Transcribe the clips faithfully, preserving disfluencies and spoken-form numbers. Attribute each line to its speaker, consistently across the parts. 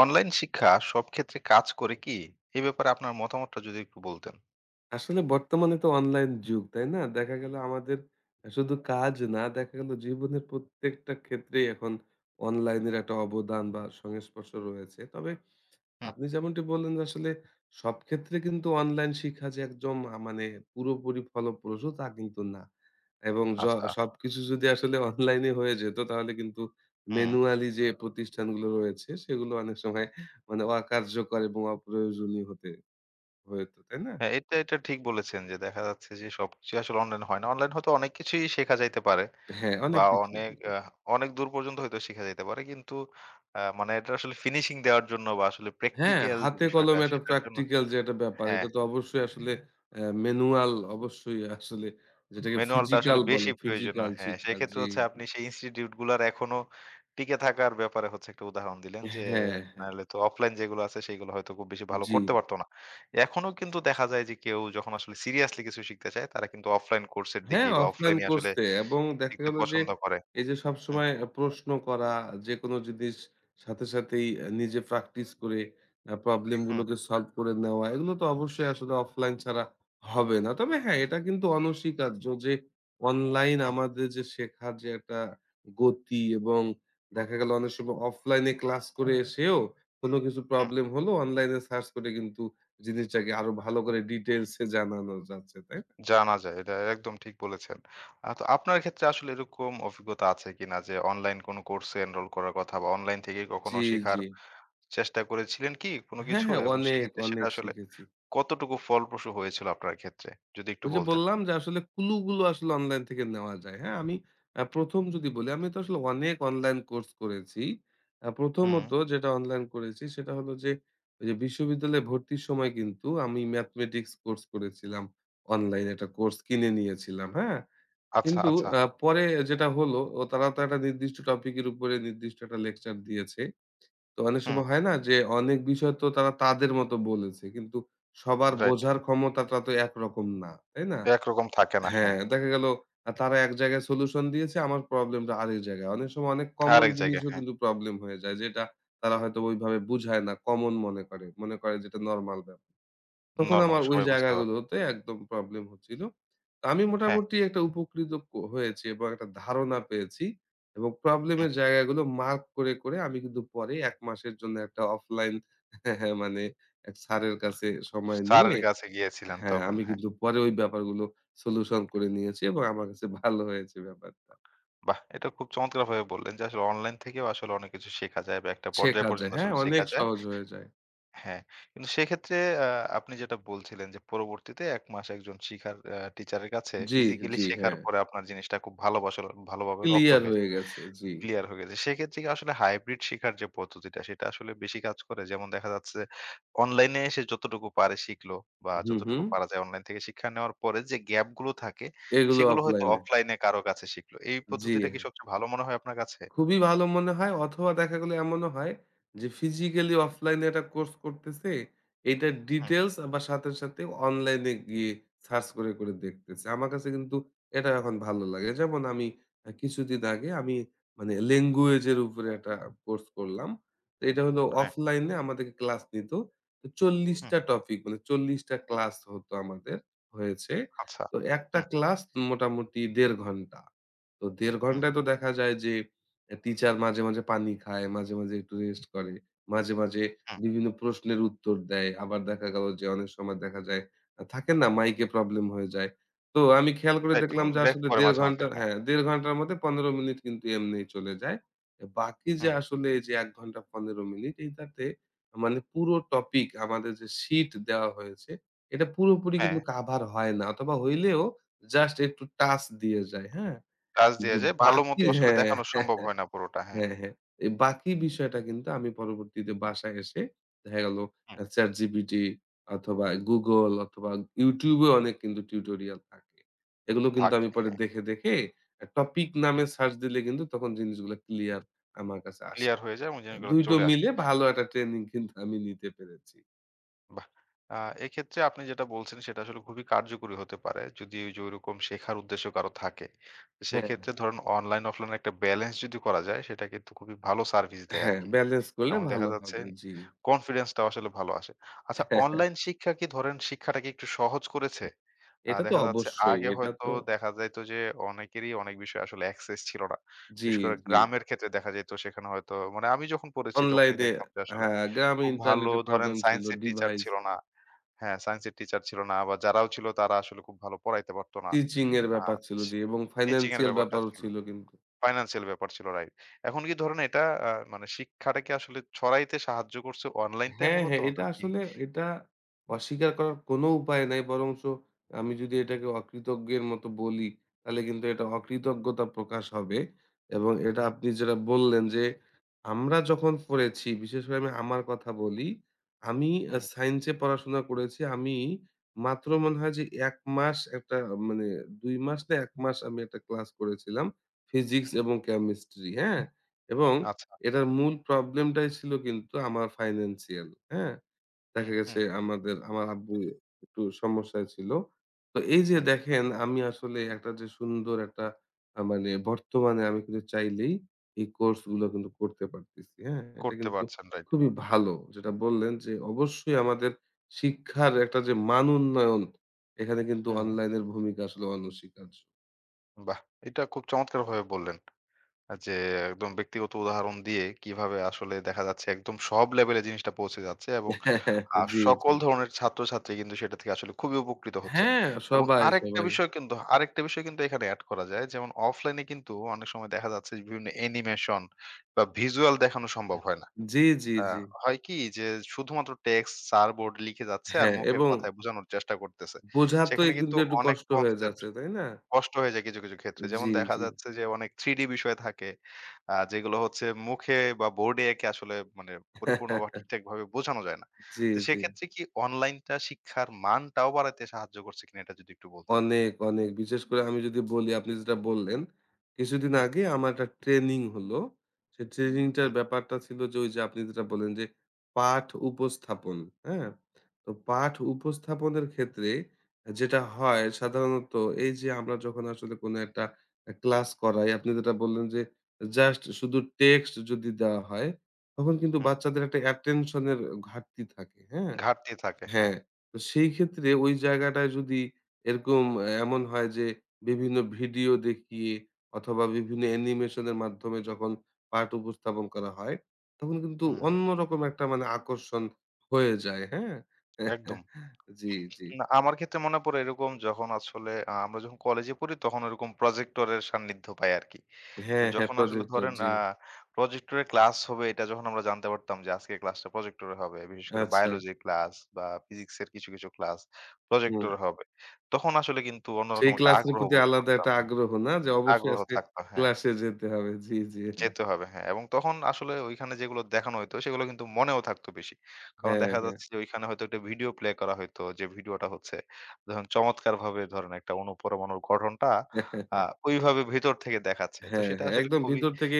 Speaker 1: Online শিক্ষা সব ক্ষেত্রে কাজ করে কি? এই ব্যাপারে আপনার মতামতটা যদি একটু বলতেন।
Speaker 2: আসলে বর্তমানে তো অনলাইন যুগ, তাই না? দেখা গেল আমাদের আ শুধু কাজ না, দেখা গেল জীবনের প্রত্যেকটা ক্ষেত্রেই এখন অনলাইনের একটা অবদান বা সংস্পর্শ রয়েছে। তবে
Speaker 1: হুম।
Speaker 2: আপনি যেমনটি বললেন যে আসলে সব ক্ষেত্রে কিন্তু অনলাইন শিক্ষা যে একদম আ মানে পুরোপুরি ফলপ্রসূ তা কিন্তু না। এবং য
Speaker 1: আচ্ছা।
Speaker 2: সবকিছু যদি আসলে অনলাইনে হয়ে যেত তাহলে কিন্তু
Speaker 1: হুম।
Speaker 2: ম্যানুয়ালি যে প্রতিষ্ঠানগুলো রয়েছে সেগুলো অনেক সময় মানে অকার্যকর এবং অপ্রয়োজনীয় হতে হইতো, তাই না?
Speaker 1: হ্যাঁ, এটা, এটা ঠিক বলেছেন যে দেখা যাচ্ছে যে সবকিছু আসলে অনলাইন হয় না। অনলাইন হয়তো অনেক কিছুই শেখা যাইতে পারে
Speaker 2: হ্যাঁ, অনেক
Speaker 1: বা
Speaker 2: কিছুই।
Speaker 1: অনেক
Speaker 2: জি।
Speaker 1: আ অনেক দূর পর্যন্ত হয়তো শিখা যাইতে পারে। কিন্তু আ মানে এটা আসলে ফিনিশিং দেওয়ার জন্য বা আসলে
Speaker 2: হ্যাঁ,
Speaker 1: প্র্যাকটিক্যাল যে
Speaker 2: হাতে
Speaker 1: বিষয়টা
Speaker 2: কলমে একটা
Speaker 1: সেটার জন্য
Speaker 2: প্র্যাকটিক্যাল যে একটা ব্যাপার,
Speaker 1: হ্যাঁ।
Speaker 2: এটা তো অবশ্যই আসলে অ্যা ম্যানুয়াল অবশ্যই আসলে যেটাকে
Speaker 1: ম্যানুয়ালটা আসলে
Speaker 2: ফিজিক্যাল বলে,
Speaker 1: বেশি প্রয়োজনীয়।
Speaker 2: ফিজিক্যাল
Speaker 1: হ্যাঁ,
Speaker 2: শিক্ষা।
Speaker 1: সেক্ষেত্রে
Speaker 2: জি,
Speaker 1: হচ্ছে
Speaker 2: জি।
Speaker 1: আপনি সেই ইনস্টিটিউট গুলার এখনো টিকে থাকার ব্যাপারে হচ্ছে একটা উদাহরণ দিলেন যে,
Speaker 2: হ্যাঁ, হ্যাঁ।
Speaker 1: নাহলে তো অফলাইন যেগুলো আছে সেগুলো হয়তো খুব বেশি ভালো
Speaker 2: জি।
Speaker 1: করতে পারত না। এখনো কিন্তু দেখা যায় যে কেউ যখন আসলে সিরিয়াসলি কিছু শিখতে চায় তারা কিন্তু অফলাইন কোর্স এর দিকে
Speaker 2: হ্যাঁ,
Speaker 1: বা
Speaker 2: অফলাইন
Speaker 1: অফলাইনে আসলে
Speaker 2: করছে এবং দেখা
Speaker 1: শিখতে
Speaker 2: গেল যে
Speaker 1: পছন্দ করে।
Speaker 2: এই যে
Speaker 1: হুম,
Speaker 2: সবসময় আ প্রশ্ন করা, যেকোনো জিনিস সাথে সাথেই আ নিজে প্র্যাকটিস করে আ প্রবলেম
Speaker 1: হুম,
Speaker 2: গুলোকে সলভ করে নেওয়া, এগুলো তো অবশ্যই আসলে অফলাইন ছাড়া হবে না। তবে হ্যাঁ, এটা কিন্তু অনস্বীকার্য যে অনলাইন
Speaker 1: হুম,
Speaker 2: আমাদের যে শেখার যে একটা গতি এবং দেখা গেল অনেক সময় অফলাইনে ক্লাস করে এসেও কোনো কিছু
Speaker 1: হুম।
Speaker 2: প্রবলেম হলো, অনলাইনে সার্চ করে কিন্তু জিনিসটাকে আরো ভালো করে ডিটেইলস এ জানানো যাচ্ছে, তাই না?
Speaker 1: জানা যায়। এটা একদম ঠিক বলেছেন। আ তো আপনার ক্ষেত্রে আসলে এরকম অভিজ্ঞতা আছে কিনা যে অনলাইন কোন কোর্সে এনরোল করার কথা বা অনলাইন থেকে কখনো
Speaker 2: জি, জি।
Speaker 1: শিখার চেষ্টা করেছিলেন কি কোনো
Speaker 2: হ্যাঁ,
Speaker 1: কিছু?
Speaker 2: হ্যাঁ।
Speaker 1: এবং
Speaker 2: অনেক,
Speaker 1: সেক্ষেত্রে সেটা
Speaker 2: অনেক
Speaker 1: আসলে
Speaker 2: শিখেছি।
Speaker 1: কতটুকু ফলপ্রসূ হয়েছিল আপনার ক্ষেত্রে? যদি একটু
Speaker 2: ওই যে
Speaker 1: বলতেন।
Speaker 2: বললাম যে আসলে ক্লু গুলো আসলে অনলাইন থেকে নেওয়া যায়। হ্যাঁ? আমি আ প্রথম যদি বলি, আমি তো আসলে অনেক অনলাইন কোর্স করেছি। আ
Speaker 1: হুম।
Speaker 2: প্রথমত যেটা অনলাইন করেছি সেটা হলো যে ওই যে বিশ্ববিদ্যালয়ে ভর্তির সময় কিন্তু আমি ম্যাথমেটিক্স কোর্স করেছিলাম। অনলাইন একটা কোর্স কিনে নিয়েছিলাম। হ্যাঁ?
Speaker 1: আচ্ছা,
Speaker 2: কিন্তু
Speaker 1: আচ্ছা।
Speaker 2: আ পরে যেটা হলো ও তারা তো একটা নির্দিষ্ট টপিকের উপরে নির্দিষ্ট একটা লেকচার দিয়েছে। তো অনেক
Speaker 1: হুম,
Speaker 2: সময় হয় না যে অনেক বিষয় তো তারা তাদের মতো বলেছে। কিন্তু সবার
Speaker 1: রাইট।
Speaker 2: বোঝার ক্ষমতাটা তো একরকম না। তাই না?
Speaker 1: একরকম থাকে না, হ্যাঁ।
Speaker 2: হ্যাঁ, দেখা গেল আ তারা এক জায়গায় সলিউশন দিয়েছে, আমার প্রবলেমটা আরেক জায়গায়। অনেক সময় অনেক কমন
Speaker 1: আরেক জায়গায়,
Speaker 2: জিনিসও
Speaker 1: হ্যাঁ।
Speaker 2: কিন্তু প্রবলেম হয়ে যায়। যেটা তারা হয়তো ওইভাবে বুঝায় না। কমন মনে করে। মনে করে যেটা নরমাল ব্যাপার। তখন
Speaker 1: নরমাল
Speaker 2: আমার ওই
Speaker 1: সবাই বুঝতে পারবে।
Speaker 2: জায়গাগুলোতে একদম প্রবলেম হচ্ছিল। তো আমি
Speaker 1: হ্যাঁ,
Speaker 2: মোটামুটি একটা উপকৃত ক হয়েছি এবং একটা ধারণা পেয়েছি এবং প্রবলেমের
Speaker 1: হুম।
Speaker 2: জায়গাগুলো মার্ক করে, করে আমি কিন্তু পরে এক মাসের জন্য একটা অফলাইন মানে এক স্যারের কাছে সময় নিয়ে
Speaker 1: স্যারের কাছে গিয়েছিলেন
Speaker 2: হ্যাঁ,
Speaker 1: তখন,
Speaker 2: আমি
Speaker 1: হ্যাঁ।
Speaker 2: কিন্তু পরে ওই ব্যাপারগুলো সলিউশন করে নিয়েছি এবং আমার কাছে ভালো হয়েছে ব্যাপারটা।
Speaker 1: বাহ! এটা খুব চমৎকারভাবে বললেন যে আসলে অনলাইন থেকেও আসলে অনেক কিছু শেখা যায় বা একটা পর্যায়
Speaker 2: শেখা যায়,
Speaker 1: পর্যন্ত
Speaker 2: হ্যাঁ,
Speaker 1: আসলে
Speaker 2: অনেক
Speaker 1: শেখা যায়।
Speaker 2: সহজ হয়ে যায়।
Speaker 1: হ্যাঁ, কিন্তু সেক্ষেত্রে আ আপনি যেটা বলছিলেন যে পরবর্তীতে এক মাস একজন শিখার আ টিচারের কাছে
Speaker 2: জি,
Speaker 1: ফিজিক্যালি
Speaker 2: জি,
Speaker 1: শেখার
Speaker 2: হ্যাঁ।
Speaker 1: পরে আপনার জিনিসটা খুব ভালোবাসল ভালোভাবে রপ্ত
Speaker 2: ক্লিয়ার
Speaker 1: হয়েছে,
Speaker 2: হয়ে গেছে। জি।
Speaker 1: ক্লিয়ার হয়ে গেছে। সেক্ষেত্রে কি আসলে হাইব্রিড শিখার যে পদ্ধতিটা সেটা আসলে বেশি কাজ করে? যেমন দেখা যাচ্ছে অনলাইনে এসে যতটুকু পারে শিখলো বা
Speaker 2: হু, হু।
Speaker 1: যতটুকু পারা যায় অনলাইন থেকে শিক্ষা নেওয়ার পরে যে গ্যাপ গুলো থাকে
Speaker 2: এগুলো
Speaker 1: সেগুলো হয়তো
Speaker 2: অফলাইনে।
Speaker 1: অফলাইনে কারো কাছে শিখলো। এই
Speaker 2: জি।
Speaker 1: পদ্ধতিটা কি
Speaker 2: হ্যাঁ।
Speaker 1: সবচেয়ে ভালো মনে হয় আপনার কাছে?
Speaker 2: খুবই ভালো মনে হয় অথবা দেখা গেল এমনও হয় যে ফিজিক্যালি অফলাইনে একটা কোর্স করতেছে, এইটার
Speaker 1: হুম,
Speaker 2: ডিটেইলস আবার সাথে, সাথে অনলাইনে গিয়ে সার্চ করে, করে দেখতেছে। আমার কাছে কিন্তু এটা এখন ভালো লাগে। যেমন আমি আ কিছুদিন আগে আমি মানে ল্যাঙ্গুয়েজ এর উপরে একটা কোর্স করলাম। তো এটা হলো
Speaker 1: হ্যাঁ,
Speaker 2: অফলাইনে আমাদেরকে ক্লাস নিত। তো চল্লিশ
Speaker 1: হুম,
Speaker 2: টা টপিক মানে চল্লিশ টা ক্লাস হতো আমাদের হয়েছে।
Speaker 1: আচ্ছা।
Speaker 2: তো একটা
Speaker 1: হুম,
Speaker 2: ক্লাস মোটামুটি দেড় ঘন্টা। তো দেড়
Speaker 1: হুম,
Speaker 2: ঘন্টায় তো দেখা যায় যে টিচার মাঝে, মাঝে পানি খায়, মাঝে, মাঝে একটু রেস্ট করে। মাঝে, মাঝে
Speaker 1: হুম।
Speaker 2: বিভিন্ন প্রশ্নের উত্তর দেয়। আবার দেখা গেল যে অনেক সময় দেখা যায় আ থাকে না মাইকে প্রবলেম হয়ে যায়। তো আমি খেয়াল করে
Speaker 1: রাইট,
Speaker 2: দেখলাম
Speaker 1: হুম,
Speaker 2: যে
Speaker 1: ব্রেক
Speaker 2: আসলে
Speaker 1: পড়ে
Speaker 2: দেড়
Speaker 1: মাঝে, মাঝে।
Speaker 2: ঘন্টা
Speaker 1: হ্যাঁ,
Speaker 2: হ্যাঁ, দেড় ঘন্টার মধ্যে পনেরো মিনিট কিন্তু এমনেই চলে যায়। বাকি যে
Speaker 1: হুম।
Speaker 2: আসলে এই যে এক ঘন্টা পনেরো মিনিট এইটাতে মানে পুরো টপিক আমাদের যে শিট দেওয়া হয়েছে এটা পুরোপুরি
Speaker 1: হ্যাঁ,
Speaker 2: কিন্তু কাভার হয় না অথবা হইলেও জাস্ট একটু টাচ দিয়ে যায়। হ্যাঁ?
Speaker 1: কাজ
Speaker 2: যে
Speaker 1: দেয়া যায়।
Speaker 2: বাকি
Speaker 1: ভালোমতো আসলে
Speaker 2: হ্যাঁ।
Speaker 1: দেখানো সম্ভব হয় না পুরোটা। হ্যাঁ।
Speaker 2: হ্যাঁ, হ্যাঁ। এই বাকি বিষয়টা কিন্তু আমি পরবর্তীতে বাসায় এসে দেখা গেল
Speaker 1: হুম,
Speaker 2: আ ChatGPT অথবা Google অথবা YouTube এ অনেক কিন্তু টিউটোরিয়াল থাকে। এগুলো কিন্তু
Speaker 1: থাক
Speaker 2: আমি পরে
Speaker 1: হ্যাঁ,
Speaker 2: দেখে, দেখে আ টপিক নামে
Speaker 1: হুম।
Speaker 2: সার্চ দিলে কিন্তু তখন জিনিসগুলো ক্লিয়ার আমার কাছে আসে।
Speaker 1: ক্লিয়ার হয়ে যায় এবং জিনিসগুলো
Speaker 2: দুই টো
Speaker 1: চলে আসে।
Speaker 2: মিলে ভালো একটা ট্রেনিং কিন্তু আমি নিতে পেরেছি।
Speaker 1: বাহ! আ এক্ষেত্রে আপনি যেটা বলছেন সেটা আসলে খুবই কার্যকরী হতে পারে। যদি ওই যে ঐরকম শেখার উদ্দেশ্য কারো থাকে। তো
Speaker 2: হ্যাঁ,
Speaker 1: সেক্ষেত্রে ধরেন অনলাইন অফলাইন একটা ব্যালেন্স যদি করা যায় সেটা কিন্তু খুবই ভালো সার্ভিস দেয়
Speaker 2: হ্যাঁ,
Speaker 1: আরকি।
Speaker 2: ব্যালেন্স করলে
Speaker 1: এবং দেখা
Speaker 2: ভালো
Speaker 1: যাচ্ছে
Speaker 2: হবে। জি।
Speaker 1: কনফিডেন্স টাও আসলে ভালো আসে। আচ্ছা অনলাইন শিক্ষা কি ধরেন শিক্ষাটাকে একটু সহজ করেছে? আ
Speaker 2: এটা তো
Speaker 1: দেখা যাচ্ছে
Speaker 2: অবশ্যই।
Speaker 1: আগে
Speaker 2: এটা
Speaker 1: হয়তো
Speaker 2: তো
Speaker 1: দেখা যাইত যে অনেকেরই অনেক বিষয়ে আসলে অ্যাক্সেস ছিল না।
Speaker 2: জি,
Speaker 1: বিশেষ করে
Speaker 2: জি।
Speaker 1: গ্রামের ক্ষেত্রে দেখা যেত সেখানে হয়তো মানে আমি যখন পড়েছি তখনই
Speaker 2: অনলাইনে
Speaker 1: দেখতাম যে আসলে
Speaker 2: হ্যাঁ, গ্রামে
Speaker 1: খুব ভালো
Speaker 2: ইন্টারনেটের
Speaker 1: ধরেন
Speaker 2: প্রবলেম ছিল,
Speaker 1: সায়েন্স এর টিচার
Speaker 2: ডিভাইস
Speaker 1: ছিল না। হ্যাঁ, সায়েন্স এর টিচার ছিল না বা যারাও ছিল তারা আসলে খুব ভালো পড়াইতে পারত না।
Speaker 2: টিচিং এর
Speaker 1: আ
Speaker 2: ব্যাপার ছিল জি এবং
Speaker 1: টিচিং এর
Speaker 2: ফাইন্যান্সিয়াল
Speaker 1: ব্যাপারটা
Speaker 2: ব্যাপারও
Speaker 1: ছিল।
Speaker 2: ছিল কিন্তু।
Speaker 1: ফাইন্যান্সিয়াল ব্যাপার ছিল রাইট। এখন কি ধরেন এটা আ মানে শিক্ষাটাকে আসলে ছড়াইতে সাহায্য করছে অনলাইনটাই
Speaker 2: হ্যাঁ,
Speaker 1: মূলত
Speaker 2: হ্যাঁ। এটা
Speaker 1: নাকি?
Speaker 2: আসলে এটা অস্বীকার করার কোনো উপায় নাই। বরঞ্চ আমি যদি এটাকে অকৃতজ্ঞের মতো বলি, তাহলে কিন্তু এটা অকৃতজ্ঞতা প্রকাশ হবে। এবং এটা
Speaker 1: হুম,
Speaker 2: আপনি যেটা বললেন যে, আমরা যখন পড়েছি, বিশেষ করে আমি আমার কথা বলি। আমি আ
Speaker 1: হুম।
Speaker 2: সায়েন্সে পড়াশোনা করেছি। আমি মাত্র মনে হয় যে এক মাস একটা মানে দুই মাস না এক মাস আমি একটা ক্লাস করেছিলাম। ফিজিক্স এবং কেমিস্ট্রি, হ্যাঁ? এবং
Speaker 1: আচ্ছা।
Speaker 2: এটার মূল প্রবলেমটাই ছিল কিন্তু আমার ফাইন্যান্সিয়াল, হ্যাঁ?
Speaker 1: হুম,
Speaker 2: দেখা গেছে
Speaker 1: হুম,
Speaker 2: আমাদের আমার আব্বু একটু সমস্যায় ছিল। তো এই যে
Speaker 1: হুম।
Speaker 2: দেখেন আমি আসলে একটা যে সুন্দর একটা আ মানে বর্তমানে আমি কিন্তু চাইলেই এই কোর্স গুলো কিন্তু করতে পারতেছি, হ্যাঁ? এটা
Speaker 1: করতে
Speaker 2: কিন্তু
Speaker 1: পারছেন রাইট।
Speaker 2: খুবই ভালো। যেটা বললেন যে অবশ্যই আমাদের শিক্ষার একটা যে মান উন্নয়ন, এখানে কিন্তু
Speaker 1: হুম।
Speaker 2: অনলাইনের ভূমিকা আসলে অনস্বীকার্য।
Speaker 1: বাহ! এটা খুব চমৎকারভাবে বললেন। যে একদম ব্যক্তিগত উদাহরণ দিয়ে কিভাবে আসলে দেখা যাচ্ছে একদম সব লেভেলে জিনিসটা পৌঁছে যাচ্ছে এবং আ
Speaker 2: জি,
Speaker 1: সকল
Speaker 2: জি।
Speaker 1: ধরনের ছাত্রছাত্রী কিন্তু সেটা থেকে আসলে খুবই উপকৃত হচ্ছে।
Speaker 2: হ্যাঁ,
Speaker 1: এবং
Speaker 2: সবাই,
Speaker 1: আরেকটা
Speaker 2: সবাই।
Speaker 1: বিষয় কিন্তু আরেকটা বিষয় কিন্তু এখানে এড করা যায়। যেমন অফলাইনে কিন্তু অনেক সময় দেখা যাচ্ছে যে বিভিন্ন অ্যানিমেশন বা ভিজুয়াল দেখানো সম্ভব হয় না।
Speaker 2: জি, জি,
Speaker 1: আ
Speaker 2: জি।
Speaker 1: হয় কি যে শুধুমাত্র টেক্সট, স্যার বোর্ড লিখে যাচ্ছে আর
Speaker 2: হ্যাঁ,
Speaker 1: মুখের
Speaker 2: এবং
Speaker 1: কথায় বোঝানোর চেষ্টা করতেছে।
Speaker 2: বোঝাতে
Speaker 1: সেখানে কিন্তু
Speaker 2: কিন্তু একটু
Speaker 1: অনেক
Speaker 2: কষ্ট হয়ে
Speaker 1: কনসেপ্ট
Speaker 2: যাচ্ছে, তাই না?
Speaker 1: কষ্ট হয়ে যায় কিছু, কিছু ক্ষেত্রে।
Speaker 2: জি,
Speaker 1: যেমন দেখা
Speaker 2: জি।
Speaker 1: যাচ্ছে যে অনেক থ্রি ডি বিষয় থাকে। আ যেগুলো হচ্ছে মুখে বা বোর্ডে এঁকে আসলে মানে পরিপূর্ণ বা ঠিকঠাকভাবে বোঝানো যায় না।
Speaker 2: জি,
Speaker 1: তো
Speaker 2: জি।
Speaker 1: সেক্ষেত্রে কি অনলাইনটা শিক্ষার মানটাও বাড়াতে সাহায্য করছে কিনা এটা যদি একটু বলতেন?
Speaker 2: অনেক, অনেক। বিশেষ করে আমি যদি বলি আপনি যেটা বললেন, কিছুদিন
Speaker 1: হুম,
Speaker 2: আগে আমার একটা ট্রেনিং হলো। সে ট্রেনিংটার
Speaker 1: হুম,
Speaker 2: ব্যাপারটা ছিল যে ওই যে আপনি যেটা বললেন যে পাঠ উপস্থাপন, হ্যাঁ? তো পাঠ উপস্থাপনের ক্ষেত্রে যেটা হয় সাধারণত এই যে আমরা যখন আসলে কোনো একটা আ ক্লাস করাই, আপনি যেটা বললেন যে জাস্ট শুধু টেক্সট যদি দেওয়া হয়, তখন কিন্তু
Speaker 1: হুম।
Speaker 2: বাচ্চাদের একটা অ্যাটেনশন এর ঘাটতি থাকে, হ্যাঁ?
Speaker 1: ঘাটতি থাকে, হ্যাঁ।
Speaker 2: হ্যাঁ, তো সেই ক্ষেত্রে ওই জায়গাটায় যদি এরকম এ এমন হয় যে বিভিন্ন ভিডিও দেখিয়ে অথবা বিভিন্ন অ্যানিমেশন এর মাধ্যমে যখন পাঠ উপস্থাপন করা হয়, তখন কিন্তু
Speaker 1: হুম,
Speaker 2: অন্যরকম একটা মানে আকর্ষণ হয়ে যায়, হ্যাঁ?
Speaker 1: একদম।
Speaker 2: জি, জি।
Speaker 1: না, আমার ক্ষেত্রে মনে পড়ে এরকম যখন আসলে আ আমরা যখন কলেজে পড়ি তখন ওরকম প্রজেক্টরের সান্নিধ্য পাই আরকি। তো
Speaker 2: হ্যাঁ, হ্যাঁ,
Speaker 1: যখন আসলে
Speaker 2: প্রজেক্টর
Speaker 1: ধরেন
Speaker 2: জি।
Speaker 1: আ প্রজেক্টরে ক্লাস হবে এটা যখন আমরা জানতে পারতাম যে আজকের ক্লাসটা প্রজেক্টরে হবে। বিশেষ করে
Speaker 2: আচ্ছা,
Speaker 1: বায়োলজির ক্লাস বা ফিজিক্স এর কিছু, কিছু ক্লাস
Speaker 2: হুম।
Speaker 1: প্রজেক্টরে হবে। তখন আসলে কিন্তু
Speaker 2: সেই
Speaker 1: অন্যরকম একটা
Speaker 2: ক্লাসের
Speaker 1: আগ্রহ
Speaker 2: প্রতি
Speaker 1: বোধ
Speaker 2: আলাদা
Speaker 1: করতাম।
Speaker 2: একটা
Speaker 1: হ্যাঁ,
Speaker 2: আগ্রহ না যে অবশ্যই
Speaker 1: আগ্রহ
Speaker 2: আজকে
Speaker 1: থাকতো হ্যাঁ।
Speaker 2: ক্লাসে যেতে হবে। জি, জি।
Speaker 1: যেতে হবে হ্যাঁ। এবং তখন আসলে ঐখানে যেগুলো দেখানো হইতো সেগুলো কিন্তু মনেও থাকতো বেশি। কারণ
Speaker 2: হ্যাঁ,
Speaker 1: দেখা
Speaker 2: হ্যাঁ।
Speaker 1: যাচ্ছে যে ঐখানে হয়তো একটা ভিডিও প্লে করা হইতো যে ভিডিওটা হচ্ছে ধরেন চমৎকারভাবে ধরেন একটা অণু-পরমাণুর গঠনটা আ ওইভাবে ভেতর থেকে দেখাচ্ছে। তো
Speaker 2: হ্যাঁ,
Speaker 1: সেটা
Speaker 2: হ্যাঁ,
Speaker 1: আসলে
Speaker 2: একদম
Speaker 1: খুবই
Speaker 2: ভিতর থেকে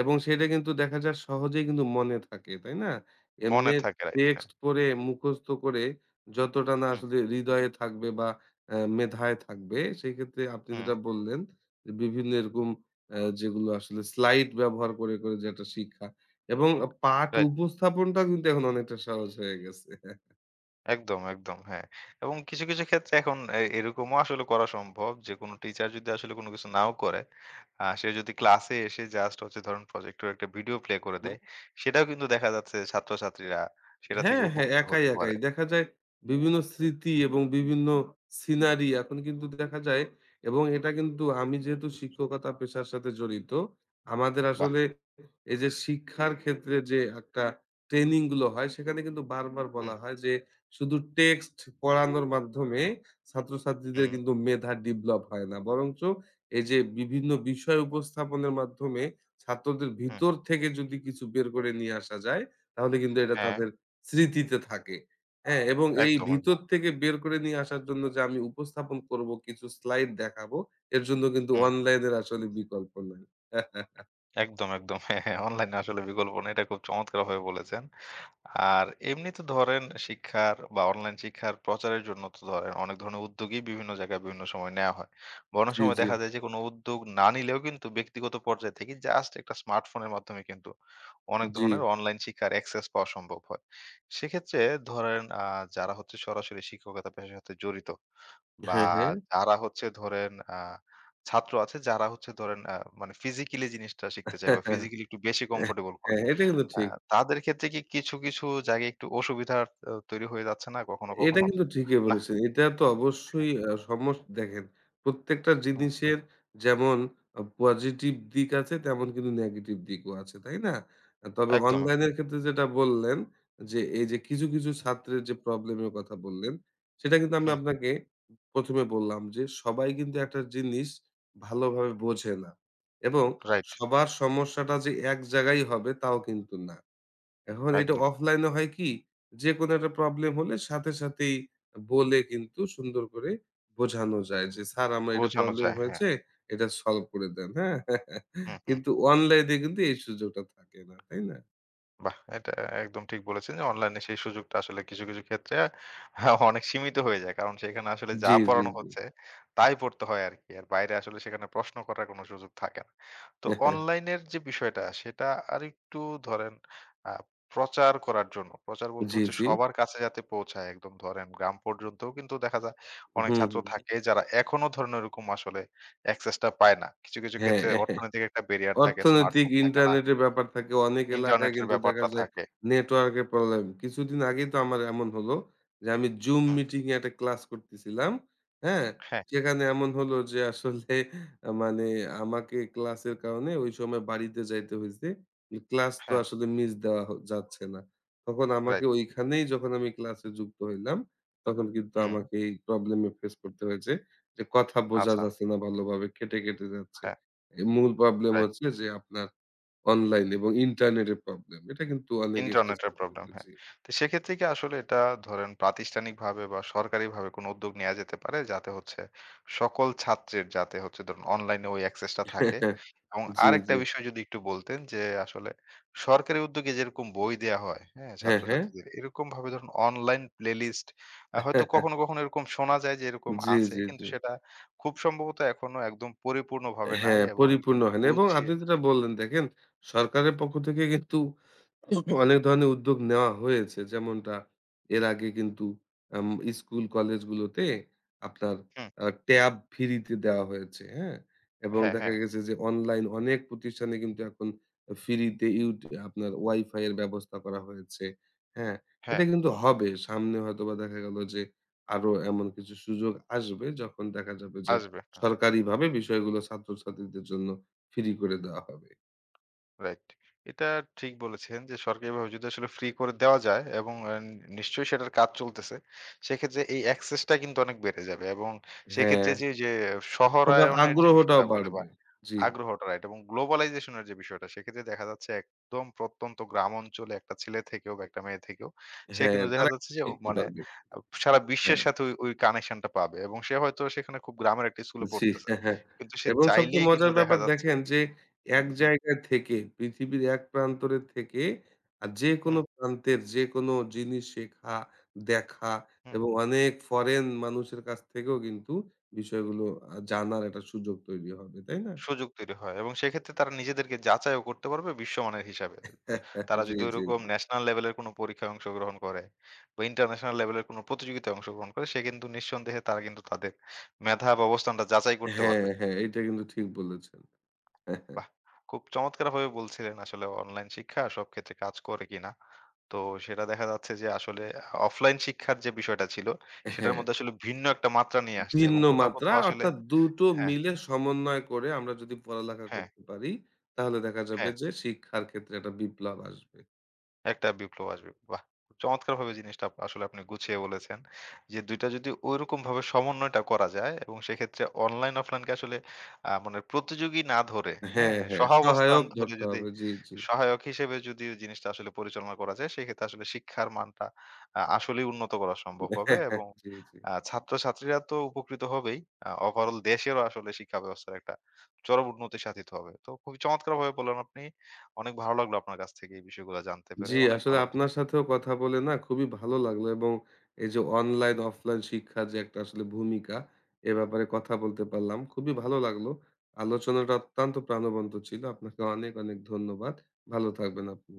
Speaker 2: এবং সেটা কিন্তু দেখা যায় সহজেই কিন্তু মনে থাকে, তাই না? এমনি
Speaker 1: মনে থাকে রাইট হ্যাঁ।
Speaker 2: টেক্সট পড়ে মুখস্থ করে যতটা না
Speaker 1: হুম,
Speaker 2: আসলে হৃদয়ে থাকবে বা আ মেধায় থাকবে, সেক্ষেত্রে আপনি
Speaker 1: হুম
Speaker 2: যেটা বললেন যে বিভিন্ন এরকম আ যেগুলো আসলে স্লাইড ব্যবহার করে, করে যে একটা শিক্ষা এবং পাঠ
Speaker 1: রাইট।
Speaker 2: উপস্থাপনটা কিন্তু এখন অনেকটা সহজ হয়ে গেছে।
Speaker 1: একদম, একদম হ্যাঁ। এবং কিছু, কিছু ক্ষেত্রে এখন এ এরকমও আসলে করা সম্ভব যে কোনো টিচার যদি আসলে কোনো কিছু নাও করে, আ সে যদি ক্লাসে এসে জাস্ট হচ্ছে ধরেন প্রজেক্টর একটা ভিডিও প্লে করে দেয়, সেটাও কিন্তু দেখা যাচ্ছে ছাত্রছাত্রীরা সেটা থেকে
Speaker 2: হ্যাঁ, হ্যাঁ,
Speaker 1: উপকৃত
Speaker 2: একাই,
Speaker 1: হতে
Speaker 2: একাই।
Speaker 1: পারে।
Speaker 2: দেখা যায় বিভিন্ন স্মৃতি এবং বিভিন্ন সিনারি এখন কিন্তু দেখা যায় এবং এটা কিন্তু আমি যেহেতু শিক্ষকতা পেশার সাথে জড়িত, আমাদের
Speaker 1: বাহ!
Speaker 2: আসলে এই যে শিক্ষার ক্ষেত্রে যে একটা ট্রেনিং গুলো হয় সেখানে কিন্তু বারবার বলা
Speaker 1: হুম,
Speaker 2: হয় যে শুধু টেক্সট পড়ানোর মাধ্যমে ছাত্রছাত্রীদের
Speaker 1: হুম,
Speaker 2: কিন্তু মেধা ডেভেলপ হয় না। বরঞ্চ এই যে বিভিন্ন বিষয় উপস্থাপনের মাধ্যমে ছাত্রদের
Speaker 1: হুম।
Speaker 2: ভিতর থেকে যদি কিছু বের করে নিয়ে আসা যায় তাহলে কিন্তু এটা
Speaker 1: হ্যাঁ,
Speaker 2: তাদের স্মৃতিতে থাকে। হ্যাঁ? এবং এই
Speaker 1: একদম,
Speaker 2: ভিতর
Speaker 1: একদম।
Speaker 2: থেকে বের করে নিয়ে আসার জন্য যে আমি উপস্থাপন করব, কিছু স্লাইড দেখাবো, এর জন্য কিন্তু
Speaker 1: হুম।
Speaker 2: অনলাইনের আসলে বিকল্প নাই।
Speaker 1: একদম, একদম। হ্যাঁ, হ্যাঁ। অনলাইনে আসলে বিকল্প নেই। এটা খুব চমৎকারভাবে বলেছেন। আর এমনি তো ধরেন শিক্ষার বা অনলাইন শিক্ষার প্রচারের জন্য তো ধরেন অনেক ধরনের উদ্যোগই বিভিন্ন জায়গায় বিভিন্ন সময় নেওয়া হয়। বা অনেক
Speaker 2: জি,
Speaker 1: সময়
Speaker 2: জি,
Speaker 1: দেখা যায় যে কোনো উদ্যোগ না নিলেও কিন্তু ব্যক্তিগত পর্যায় থেকে জাস্ট একটা স্মার্টফোনের মাধ্যমে কিন্তু অনেক
Speaker 2: জি।
Speaker 1: ধরনের অনলাইন শিক্ষার অ্যাক্সেস পাওয়া সম্ভব হয়। সেক্ষেত্রে ধরেন আ যারা হচ্ছে সরাসরি শিক্ষকতা পেশার সাথে জড়িত বা
Speaker 2: হ্যাঁ, হ্যাঁ।
Speaker 1: যারা হচ্ছে ধরেন আ ছাত্র আছে যারা হচ্ছে ধরেন আ মানে ফিজিক্যালি জিনিসটা শিখতে চায় বা ফিজিক্যালি একটু বেশি কমফোর্টেবল হয়।
Speaker 2: হ্যাঁ, এটা কিন্তু
Speaker 1: আ
Speaker 2: ঠিক।
Speaker 1: তাদের ক্ষেত্রে কি কিছু, কিছু জায়গায় একটু অসুবিধা আ তৈরি হয়ে যাচ্ছে না কখনো,
Speaker 2: এটা
Speaker 1: কখনো?
Speaker 2: কিন্তু ঠিকই
Speaker 1: না?
Speaker 2: বলেছেন। এটা তো
Speaker 1: হ্যাঁ।
Speaker 2: অবশ্যই আ সমস দেখেন প্রত্যেকটা
Speaker 1: হুম।
Speaker 2: জিনিসের যেমন আ পজিটিভ দিক আছে তেমন কিন্তু নেগেটিভ দিকও আছে, তাই না? আ তবে
Speaker 1: একদম, একদম।
Speaker 2: অনলাইনের ক্ষেত্রে যেটা বললেন যে, এই যে কিছু, কিছু ছাত্রের যে প্রবলেমের কথা বললেন, সেটা কিন্তু আমি
Speaker 1: হুম।
Speaker 2: আপনাকে প্রথমে বললাম যে সবাই কিন্তু একটা জিনিস ভালোভাবে বোঝে না এবং
Speaker 1: রাইট।
Speaker 2: সবার সমস্যাটা যে এক জায়গায় হবে তাও কিন্তু না। এখন এটা
Speaker 1: একদম।
Speaker 2: অফলাইনে হয় কি? যেকোনো একটা প্রবলেম হলে সাথে সাথেই বলে কিন্তু সুন্দর করে বোঝানো যায় যে, "স্যার আমার এটা
Speaker 1: বোঝানো
Speaker 2: প্রবলেম
Speaker 1: যায়। হ্যাঁ।
Speaker 2: হয়েছে, এটা সলভ করে দেন।" হ্যাঁ?
Speaker 1: হুম, হুম।
Speaker 2: কিন্তু অনলাইনে কিন্তু এই সুযোগটা থাকে না। তাই না?
Speaker 1: বাহ! এটা একদম ঠিক বলেছেন যে অনলাইনে সেই সুযোগটা আসলে কিছু, কিছু ক্ষেত্রে আহ, অনেক সীমিত হয়ে যায়। কারণ সেখানে আসলে যা
Speaker 2: জি, জি,
Speaker 1: পড়ানো
Speaker 2: জি।
Speaker 1: হচ্ছে তাই পড়তে হয় আরকি। আর বাইরে আসলে সেখানে প্রশ্ন করার কোনো সুযোগ থাকে না। তো অনলাইনের যে বিষয়টা সেটা আরেকটু ধরেন আ প্রচার করার জন্য, প্রচার বলতে
Speaker 2: জি,
Speaker 1: হচ্ছে
Speaker 2: জি।
Speaker 1: সবার কাছে যাতে পৌঁছায় একদম ধরেন গ্রাম পর্যন্তও কিন্তু দেখা যায় অনেক
Speaker 2: হুম,
Speaker 1: ছাত্র
Speaker 2: হুম।
Speaker 1: থাকে যারা এখনো ধরেন ওরকম আসলে access টা পায় না। কিছু, কিছু
Speaker 2: হ্যাঁ।
Speaker 1: ক্ষেত্রে অর্থনৈতিক একটা ব্যারিয়ার থাকে,
Speaker 2: অর্থনৈতিক
Speaker 1: স্মার্টফোন থাকে না,
Speaker 2: ইন্টারনেটের ব্যাপার থাকে। অনেক এলাকায়
Speaker 1: ইন্টারনেটের
Speaker 2: কিন্তু দেখা
Speaker 1: ব্যাপারটা
Speaker 2: যায়
Speaker 1: থাকে।
Speaker 2: নেটওয়ার্কের প্রবলেম। কিছুদিন আগেই তো আমার এমন হলো যে আমি Zoom
Speaker 1: হুম,
Speaker 2: মিটিং এ একটা ক্লাস করতেছিলাম। হ্যাঁ?
Speaker 1: হ্যাঁ,
Speaker 2: সেখানে এমন হলো যে আসলে আ মানে আমাকে ক্লাসের কারণে ওই সময় বাড়িতে যাইতে হইছে। এই ক্লাস তো
Speaker 1: হ্যাঁ,
Speaker 2: আসলে মিস দেওয়া হ যাচ্ছে না। তখন আমাকে
Speaker 1: রাইট।
Speaker 2: ওইখানেই যখন আমি ক্লাসে যুক্ত হইলাম, তখন কিন্তু
Speaker 1: হুম,
Speaker 2: আমাকে এই প্রবলেম এ ফেস করতে হয়েছে যে কথা বোঝা
Speaker 1: আচ্ছা,
Speaker 2: যাচ্ছে না ভালোভাবে, কেটে, কেটে যাচ্ছে।
Speaker 1: হ্যাঁ,
Speaker 2: এ মূল প্রবলেম
Speaker 1: রাইট।
Speaker 2: হচ্ছে যে আপনার অনলাইন এবং ইন্টারনেটের প্রবলেম। এটা কিন্তু অনেকেই ফেস
Speaker 1: ইন্টারনেটের প্রবলেম,
Speaker 2: করতেছে।
Speaker 1: হ্যাঁ।
Speaker 2: জি।
Speaker 1: তো সেক্ষেত্রে কি আসলে এটা ধরেন প্রাতিষ্ঠানিকভাবে বা সরকারিভাবে কোনো উদ্যোগ নেয়া যেতে পারে? যাতে হচ্ছে সকল ছাত্রের যাতে হচ্ছে ধরুন অনলাইনে ওই access টা থাকে। এবং
Speaker 2: জি,
Speaker 1: আরেকটা
Speaker 2: জি।
Speaker 1: বিষয় যদি একটু বলতেন যে আসলে সরকারি উদ্যোগে যেরকম বই দেয়া হয়, হ্যাঁ?
Speaker 2: হ্যাঁ, হ্যাঁ।
Speaker 1: ছাত্রছাত্রীদের এরকমভাবে ধরুন অনলাইন প্লেলিস্ট আ হয়তো কখনো, কখনো এরকম শোনা যায় যে এরকম
Speaker 2: জি,
Speaker 1: আছে।
Speaker 2: জি, জি।
Speaker 1: কিন্তু সেটা খুব সম্ভবত এখনো একদম পরিপূর্ণভাবে নাই
Speaker 2: হ্যাঁ,
Speaker 1: এবং একদম
Speaker 2: পরিপূর্ণ হয় না এবং
Speaker 1: গুছিয়ে
Speaker 2: আপনি যেটা বললেন দেখেন, সরকারের পক্ষ থেকে কিন্তু অনেক ধরনের উদ্যোগ নেওয়া হয়েছে। যেমনটা এর আগে কিন্তু আম স্কুল কলেজগুলোতে আপনার
Speaker 1: হুম,
Speaker 2: আ ট্যাব ফ্রিতে দেওয়া হয়েছে, হ্যাঁ? এবং
Speaker 1: হ্যাঁ,
Speaker 2: দেখা
Speaker 1: হ্যাঁ,
Speaker 2: গেছে যে অনলাইন অনেক প্রতিষ্ঠানে কিন্তু এখন ফ্রিতে ইউট আপনার ওয়াইফাই এর ব্যবস্থা করা হয়েছে, হ্যাঁ?
Speaker 1: হ্যাঁ,
Speaker 2: এটা কিন্তু হবে। সামনে হয়তোবা দেখা গেল যে আরো এমন কিছু সুযোগ আসবে যখন দেখা যাবে যে
Speaker 1: আসবে। হ্যাঁ।
Speaker 2: সরকারিভাবে বিষয়গুলো ছাত্রছাত্রীদের জন্য ফ্রি করে দেওয়া হবে।
Speaker 1: রাইট। এটা ঠিক বলেছেন যে সরকারিভাবে যদি আসলে ফ্রি করে দেওয়া যায় এবং আ নিশ্চয়ই সেটার কাজ চলতেছে। সেক্ষেত্রে এই অ্যাক্সেস টা কিন্তু অনেক বেড়ে যাবে এবং
Speaker 2: হ্যাঁ।
Speaker 1: সেক্ষেত্রে যে, যে
Speaker 2: সবার
Speaker 1: শহরায়নের যে
Speaker 2: আগ্রহটাও
Speaker 1: বিষয়টা বলে বা
Speaker 2: বাড়বে। জি।
Speaker 1: আগ্রহটা রাইট এবং গ্লোবালাইজেশন এর যে বিষয়টা সেক্ষেত্রে দেখা যাচ্ছে একদম প্রত্যন্ত গ্রাম অঞ্চলে একটা ছেলে থেকেও বা একটা মেয়ে থেকেও সে
Speaker 2: হ্যাঁ।
Speaker 1: কিন্তু দেখা
Speaker 2: তারা
Speaker 1: যাচ্ছে যে ও
Speaker 2: শিখতে
Speaker 1: মানে
Speaker 2: পারবে।
Speaker 1: আ সারা বিশ্বের
Speaker 2: হ্যাঁ,
Speaker 1: সাথে ওই, ওই কানেকশন টা পাবে এবং সে হয়তো সেখানে খুব গ্রামের একটা স্কুলে
Speaker 2: জি।
Speaker 1: পড়তেছে।
Speaker 2: হ্যাঁ, হ্যাঁ।
Speaker 1: কিন্তু সে
Speaker 2: এবং সবচেয়ে
Speaker 1: চাইলেই কিন্তু
Speaker 2: মজার
Speaker 1: দেখা
Speaker 2: ব্যাপার
Speaker 1: যাচ্ছে
Speaker 2: দেখেন যে এক
Speaker 1: হুম,
Speaker 2: জায়গায় থেকে পৃথিবীর এক প্রান্তরের থেকে আ যেকোনো
Speaker 1: হুম,
Speaker 2: প্রান্তের যেকোনো জিনিস শেখা, দেখা
Speaker 1: হুম।
Speaker 2: এবং অনেক ফরেন মানুষের কাছ থেকেও কিন্তু বিষয়গুলো আ জানার একটা সুযোগ তৈরি হবে। তাই না?
Speaker 1: সুযোগ তৈরি হয় এবং সেক্ষেত্রে তারা নিজেদেরকে যাচাইও করতে পারবে বিশ্বমানের হিসাবে। তারা
Speaker 2: জি,
Speaker 1: যদি
Speaker 2: জি,
Speaker 1: ওইরকম
Speaker 2: জি।
Speaker 1: ন্যাশনাল লেভেলের কোনো পরীক্ষায় অংশগ্রহণ করে বা ইন্টারন্যাশনাল লেভেলের কোনো প্রতিযোগিতায় অংশগ্রহণ করে, সে কিন্তু নিঃসন্দেহে তারা কিন্তু তাদের মেধা বা অবস্থানটা যাচাই করতে
Speaker 2: হ্যাঁ,
Speaker 1: পারবে।
Speaker 2: হ্যাঁ, এটা কিন্তু ঠিক বলেছেন। হ্যাঁ, হ্যাঁ
Speaker 1: বাহ! খুব চমৎকারভাবে বলছিলেন আসলে অনলাইন শিক্ষা সব ক্ষেত্রে কাজ করে কিনা। তো সেটা দেখা যাচ্ছে যে আসলে অফলাইন শিক্ষার যে বিষয়টা ছিল, সেটার
Speaker 2: হ্যাঁ,
Speaker 1: মধ্যে আসলে ভিন্ন একটা মাত্রা নিয়ে আসছে এবং
Speaker 2: ভিন্ন
Speaker 1: কোথাও,
Speaker 2: মাত্রা
Speaker 1: কোথাও আসলে
Speaker 2: অর্থাৎ দুই টো
Speaker 1: হ্যাঁ,
Speaker 2: মিলে সমন্বয় করে আমরা যদি পড়ালেখা
Speaker 1: হ্যাঁ,
Speaker 2: করতে পারি, তাহলে দেখা যাবে
Speaker 1: হ্যাঁ।
Speaker 2: যে শিক্ষার ক্ষেত্রে একটা বিপ্লব আসবে।
Speaker 1: একটা বিপ্লব আসবে। বাহ! চমৎকারভাবে জিনিসটা আপ আসলে আপনি গুছিয়ে বলেছেন। যে দু টা যদি ঐরকমভাবে সমন্বয়টা করা যায় এবং সেক্ষেত্রে অনলাইন অফলাইনকে আসলে আ মানে প্রতিযোগী না ধরে,
Speaker 2: হ্যাঁ,
Speaker 1: হ্যাঁ?
Speaker 2: হ্যাঁ,
Speaker 1: সহাবস্থান
Speaker 2: সহায়ক
Speaker 1: ধরে
Speaker 2: ধরতে
Speaker 1: যদি
Speaker 2: হবে। জি, জি।
Speaker 1: সহায়ক হিসেবে যদি ওই জিনিসটা আসলে পরিচালনা করা যায়, সেক্ষেত্রে আসলে শিক্ষার মানটা আ আসলেই উন্নত করা সম্ভব হবে এবং
Speaker 2: জি, জি।
Speaker 1: আ ছাত্রছাত্রীরা তো উপকৃত হবেই। আ ওভারঅল দেশেরও আসলে শিক্ষা ব্যবস্থার একটা চরম উন্নতি সাধিত হবে। তো খুবই চমৎকারভাবে বললেন আপনি। অনেক ভালো লাগলো আপনার কাছ থেকে এই বিষয়গুলো জানতে পেরে।
Speaker 2: জি,
Speaker 1: অনেক
Speaker 2: আসলে
Speaker 1: ভালো
Speaker 2: আপনার
Speaker 1: থাকবেন।
Speaker 2: সাথেও কথা বলে না খুবই ভালো লাগলো এবং এই যে অনলাইন, অফলাইন শিক্ষার যে একটা আসলে ভূমিকা, এ ব্যাপারে কথা বলতে পারলাম। খুবই ভালো লাগলো। আলোচনাটা অত্যন্ত প্রাণবন্ত ছিল। আপনাকে অনেক, অনেক ধন্যবাদ। ভালো থাকবেন আপনি।